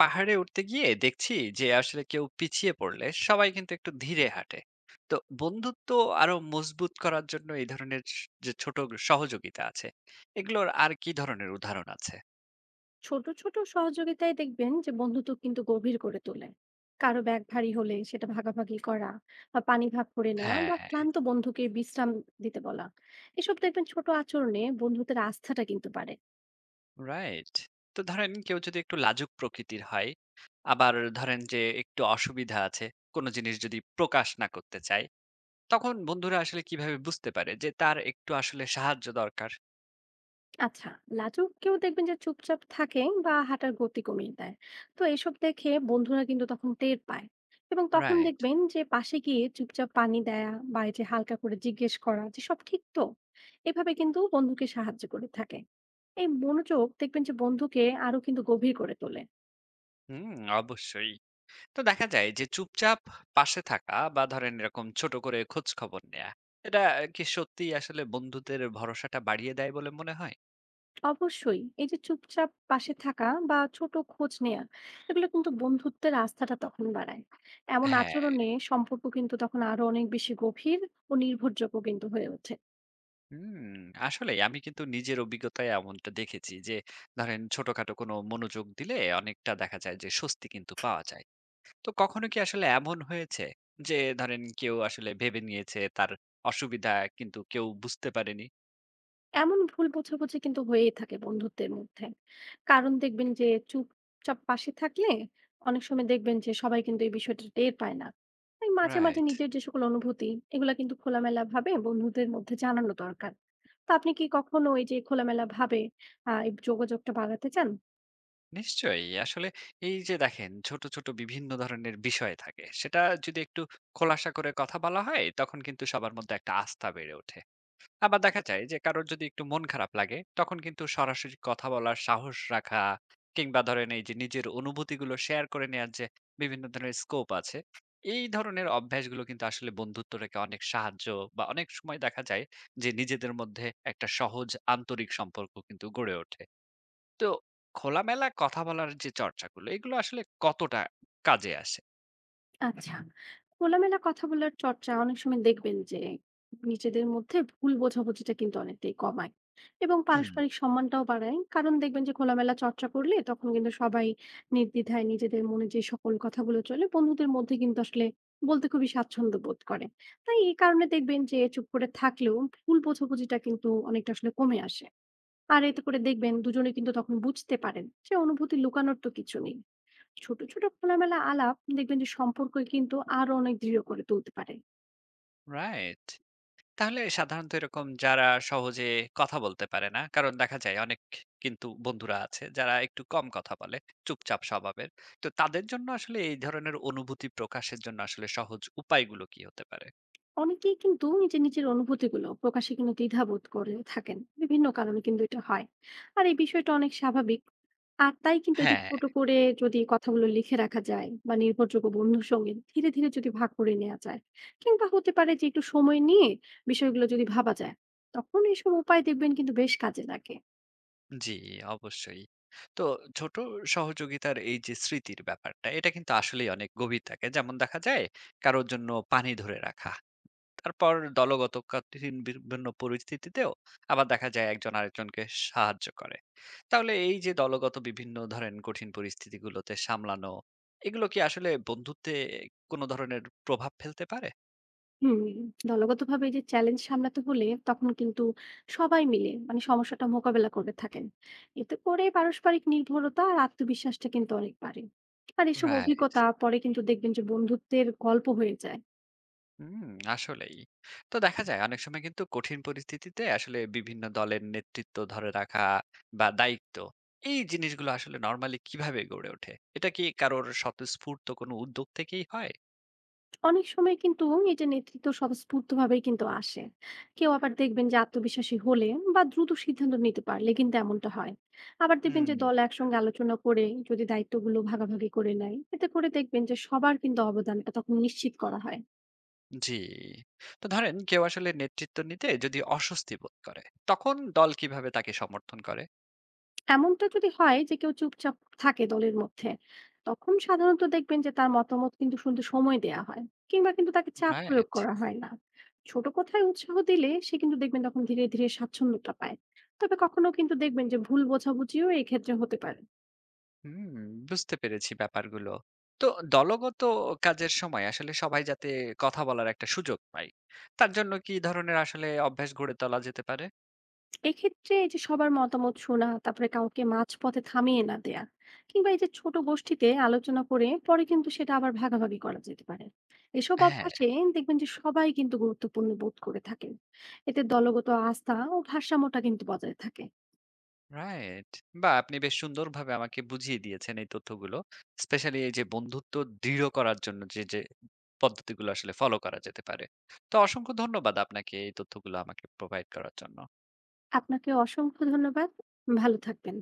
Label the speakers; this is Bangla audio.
Speaker 1: পাহাড়ে উঠতে গিয়ে দেখছি যে আসলে কেউ পিছিয়ে পড়লে সবাই কিন্তু একটু ধীরে হাঁটে। তো বন্ধুত্ব আরো মজবুত করার জন্য এই ধরনের যে ছোট সহযোগিতা আছে, এগুলোর আর কি ধরনের উদাহরণ আছে?
Speaker 2: ছোট ছোট সহযোগিতায় দেখবেন যে বন্ধুত্ব কিন্তু গভীর করে তোলে। কারো ব্যাগ ভারী হলে সেটা ভাগাভাগি করা বা পানি ভাগ করে নেওয়া
Speaker 1: হ্যাঁ।
Speaker 2: বা ক্লান্ত বন্ধুকে বিশ্রাম দিতে বলা, এসব দেখবেন ছোট আচরণে বন্ধুত্বের আস্থাটা কিন্তু বাড়ে।
Speaker 1: রাইট। তো ধরেন কেউ যদি একটু লাজুক প্রকৃতির হয়, আবার ধরেন যে একটু অসুবিধা আছে, কোনো জিনিস যদি প্রকাশ না করতে চায়, তখন বন্ধুরা আসলে কিভাবে বুঝতে পারে যে তার একটু আসলে সাহায্য দরকার?
Speaker 2: আচ্ছা, লাজুক কেউ দেখবেন যে চুপচাপ থাকে বা হাঁটার গতি কমিয়ে দেয়। তো এসব দেখে বন্ধুরা কিন্তু তখন টের পায়, এবং তখন
Speaker 1: রাইট।
Speaker 2: দেখবেন যে পাশে গিয়ে চুপচাপ পানি দেয়া বা এই যে হালকা করে জিজ্ঞেস করা যে সব ঠিক তো। এভাবে কিন্তু বন্ধুকে সাহায্য করে থাকে। এই মনোযোগ দেখবেন যে বন্ধুকে আরো কিন্তু গভীর করে তোলে।
Speaker 1: হুম, অবশ্যই। তো দেখা যায় যে চুপচাপ পাশে থাকা বা ধরেন এরকম ছোট করে খোঁজ খবর নেয়া, এটা কি সত্যি আসলে বন্ধুদের ভরসাটা বাড়িয়ে দেয় বলে মনে হয়?
Speaker 2: অবশ্যই এই যে চুপচাপ পাশে থাকা বা ছোট খোঁজ নেয়া, এগুলো কিন্তু বন্ধুত্বের আস্থাটা তখন বাড়ায়। এমন
Speaker 1: হ্যাঁ।
Speaker 2: আচরণে সম্পর্ক কিন্তু তখন আরো অনেক বেশি গভীর ও নির্ভরযোগ্য কিন্তু হয়ে ওঠে।
Speaker 1: হুম। আসলে আমি কিন্তু নিজের অভিজ্ঞতায় এমনটা দেখেছি যে ধরেন ছোটখাটো কোনো মনোযোগ দিলে অনেকটা দেখা যায় যে স্বস্তি কিন্তু পাওয়া যায়। তো কখনো কি আসলে এমন হয়েছে যে ধরেন কেউ আসলে ভেবে নিয়েছে তার অসুবিধা, কিন্তু কেউ বুঝতে পারেনি?
Speaker 2: এমন ভুল বোঝাবুঝি কিন্তু হয়েই থাকে বন্ধুত্বের মধ্যে। কারণ দেখবেন যে চুপচাপ পাশে থাকলে অনেক সময় দেখবেন যে সবাই কিন্তু এই বিষয়টা টের পায় না। তাই মাঝে, মাঝে
Speaker 1: রাইট।
Speaker 2: নিজের যে সকল অনুভূতি এগুলা কিন্তু খোলামেলাভাবে বন্ধুদের মধ্যে জানানো দরকার। তো আপনি কি কখনো এই যে খোলামেলাভাবে এই যোগাযোগটা বাড়াতে চান?
Speaker 1: নিশ্চয়ই। আসলে এই যে দেখেন ছোট, ছোট বিভিন্ন ধরনের বিষয় থাকে। সেটা যদি একটু খোলাসা করে কথা বলা হয়, তখন কিন্তু সবার মধ্যে একটা আস্থা বেড়ে ওঠে। আবার দেখা যায় যে কারোর যদি একটু মন খারাপ লাগে, তখন কিন্তু সরাসরি কথা বলার সাহস রাখা কিংবা ধরেন এই যে নিজের অনুভূতিগুলো শেয়ার করে নেয়ার যে বিভিন্ন ধরনের স্কোপ আছে, এই ধরনের অভ্যাসগুলো কিন্তু আসলে বন্ধুত্বটাকে অনেক সাহায্য বা অনেক সময় দেখা যায় যে নিজেদের মধ্যে একটা সহজ আন্তরিক সম্পর্ক কিন্তু গড়ে ওঠে। তো খোলামেলা কথা বলার যে চর্চাগুলো এগুলো আসলে কতটা কাজে আসে?
Speaker 2: আচ্ছা। খোলামেলা কথা বলার চর্চা অনেক সময় দেখবেন যে নিজেদের মধ্যে ভুল বোঝাবুঝিটা কিন্তু অনেকটাই কমায় এবং
Speaker 1: হুম।
Speaker 2: পারস্পরিক সম্মানটাও বাড়ায়। কারণ দেখবেন যে খোলামেলা চর্চা করলে তখন কিন্তু সবাই নির্দ্বিধায় নিজেদের মনে যে সকল কথাগুলো চলে বন্ধুদের মধ্যে কিন্তু আসলে বলতে খুবই স্বাচ্ছন্দ্য বোধ করে। তাই এই কারণে দেখবেন যে চুপ করে থাকলেও ভুল বোঝাবুঝিটা কিন্তু অনেকটা আসলে কমে আসে। আর এতে করে দেখবেন দুজনে কিন্তু তখন বুঝতে পারেন যে অনুভূতি লুকানোর তো কিছু নেই। ছোট ছোট খোলামেলা আলাপ দেখবেন যে সম্পর্ক কিন্তু আরো অনেক দৃঢ় করে তুলতে পারে।
Speaker 1: রাইট। তাহলে সাধারণত এরকম যারা সহজে কথা বলতে পারে না, কারণ দেখা যায় অনেক কিন্তু বন্ধুরা আছে যারা একটু কম কথা বলে, চুপচাপ স্বভাবের। তো তাদের জন্য আসলে এই ধরনের অনুভূতি প্রকাশের জন্য আসলে সহজ উপায়গুলো কি হতে পারে?
Speaker 2: অনেকেই কিন্তু নিজের নিজের অনুভূতিগুলো প্রকাশে কিন্তু দ্বিধাবোধ করে থাকেন, বিভিন্ন কারণে কিন্তু এটা হয়। আর এই বিষয়টা অনেক স্বাভাবিক। আর তাই কিন্তু এই যে
Speaker 1: হ্যাঁ।
Speaker 2: ছোট করে যদি কথাগুলো লিখে রাখা যায় বা নির্ভরযোগ্য বন্ধুর সঙ্গে ধীরে ধীরে যদি ভাগ করে নেওয়া যায়, কিংবা হতে পারে যে একটু সময় নিয়ে বিষয়গুলো যদি ভাবা যায়, তখন এইসব উপায় দেখবেন কিন্তু বেশ কাজে লাগে।
Speaker 1: জি, অবশ্যই। তো ছোট সহযোগিতার এই যে স্মৃতির ব্যাপারটা, এটা কিন্তু আসলেই অনেক গভীর থাকে। যেমন দেখা যায় কারো জন্য পানি ধরে রাখা। তারপর দলগত কঠিন বিভিন্ন পরিস্থিতিতেও আবার দেখা যায় একজন আরেকজনকে সাহায্য করে। তাহলে এই যে দলগত বিভিন্ন ধরেন কঠিন পরিস্থিতিগুলোতে সামলানো, এগুলো কি আসলে বন্ধুত্বে কোনো ধরনের প্রভাব ফেলতে পারে?
Speaker 2: হুম, দলগতভাবে এই যে চ্যালেঞ্জ সামলাতে হলে তখন কিন্তু সবাই মিলে মানে সমস্যাটা মোকাবেলা করে থাকেন। এতে করে পারস্পরিক নির্ভরতা আর আত্মবিশ্বাসটা কিন্তু অনেক বাড়ে। আর এসব
Speaker 1: রাইট।
Speaker 2: অভিজ্ঞতা পরে কিন্তু দেখবেন যে বন্ধুত্বের গল্প হয়ে যায়।
Speaker 1: হুম। আসলেই। তো দেখা যায় অনেক সময় কিন্তু কঠিন পরিস্থিতিতে আসলে বিভিন্ন দলের নেতৃত্ব ধরে রাখা বা দায়িত্ব, এই জিনিসগুলো আসলে নরমালি কিভাবে গড়ে ওঠে? এটা কি কারোর স্বতঃস্ফূর্ত কোনো উদ্যোগ থেকেই হয়?
Speaker 2: অনেক সময় কিন্তু এটা নেতৃত্ব স্বতঃস্ফূর্ত ভাবেই কিন্তু আসে। কেউ আবার দেখবেন যে আত্মবিশ্বাসী হলে বা দ্রুত সিদ্ধান্ত নিতে পারলে কিন্তু এমনটা হয়। আবার দেখবেন যে
Speaker 1: হুম।
Speaker 2: দল একসঙ্গে আলোচনা করে যদি দায়িত্বগুলো ভাগাভাগি করে নেয়, এতে করে দেখবেন যে সবার কিন্তু অবদানটা তখন নিশ্চিত করা হয়।
Speaker 1: জি। তো ধরেন কেউ আসলে নেতৃত্ব নিতে যদি অস্বস্তি বোধ করে, তখন দল কিভাবে তাকে সমর্থন করে?
Speaker 2: এমনটা যদি হয় যে কেউ চুপচাপ থাকে দলের মধ্যে, তখন সাধারণত দেখবেন যে তার মতামত কিন্তু শুনতে সময় দেয়া হয়, কিংবা কিন্তু তাকে চাপ প্রয়োগ
Speaker 1: রাইট।
Speaker 2: করা হয় না। ছোট কথায় উৎসাহ দিলে সে কিন্তু দেখবেন তখন ধীরে ধীরে স্বাচ্ছন্দ্যটা পায়। তবে কখনো কিন্তু দেখবেন যে ভুল বোঝাবুঝিও এই ক্ষেত্রে হতে পারে।
Speaker 1: হুম, বুঝতে পেরেছি ব্যাপারগুলো। তো দলগত কাজের সময় আসলে সবাই যাতে কথা বলার একটা সুযোগ পায়, তার জন্য কি ধরনের আসলে অভ্যাস গড়ে তোলা যেতে পারে?
Speaker 2: এক্ষেত্রে এই যে সবার মতামত শোনা, তারপরে কাউকে মাঝপথে থামিয়ে না দেয়া, কিংবা এই যে ছোট গোষ্ঠীতে আলোচনা করে পরে কিন্তু সেটা আবার ভাগাভাগি করা যেতে পারে। এসব
Speaker 1: হ্যাঁ।
Speaker 2: অভ্যাসে দেখবেন যে সবাই কিন্তু গুরুত্বপূর্ণ বোধ করে থাকেন। এতে দলগত আস্থা ও ভারসাম্যটা কিন্তু বজায় থাকে।
Speaker 1: রাইট। বাহ! আপনি বেশ সুন্দরভাবে আমাকে বুঝিয়ে দিয়েছেন এই তথ্যগুলো। স্পেশালি এই যে বন্ধুত্ব দৃঢ় করার জন্য যে, যে পদ্ধতিগুলো আসলে ফলো করা যেতে পারে। তো অসংখ্য ধন্যবাদ আপনাকে এই তথ্যগুলো আমাকে প্রোভাইড করার জন্য।
Speaker 2: আপনাকে অসংখ্য ধন্যবাদ। ভালো থাকবেন।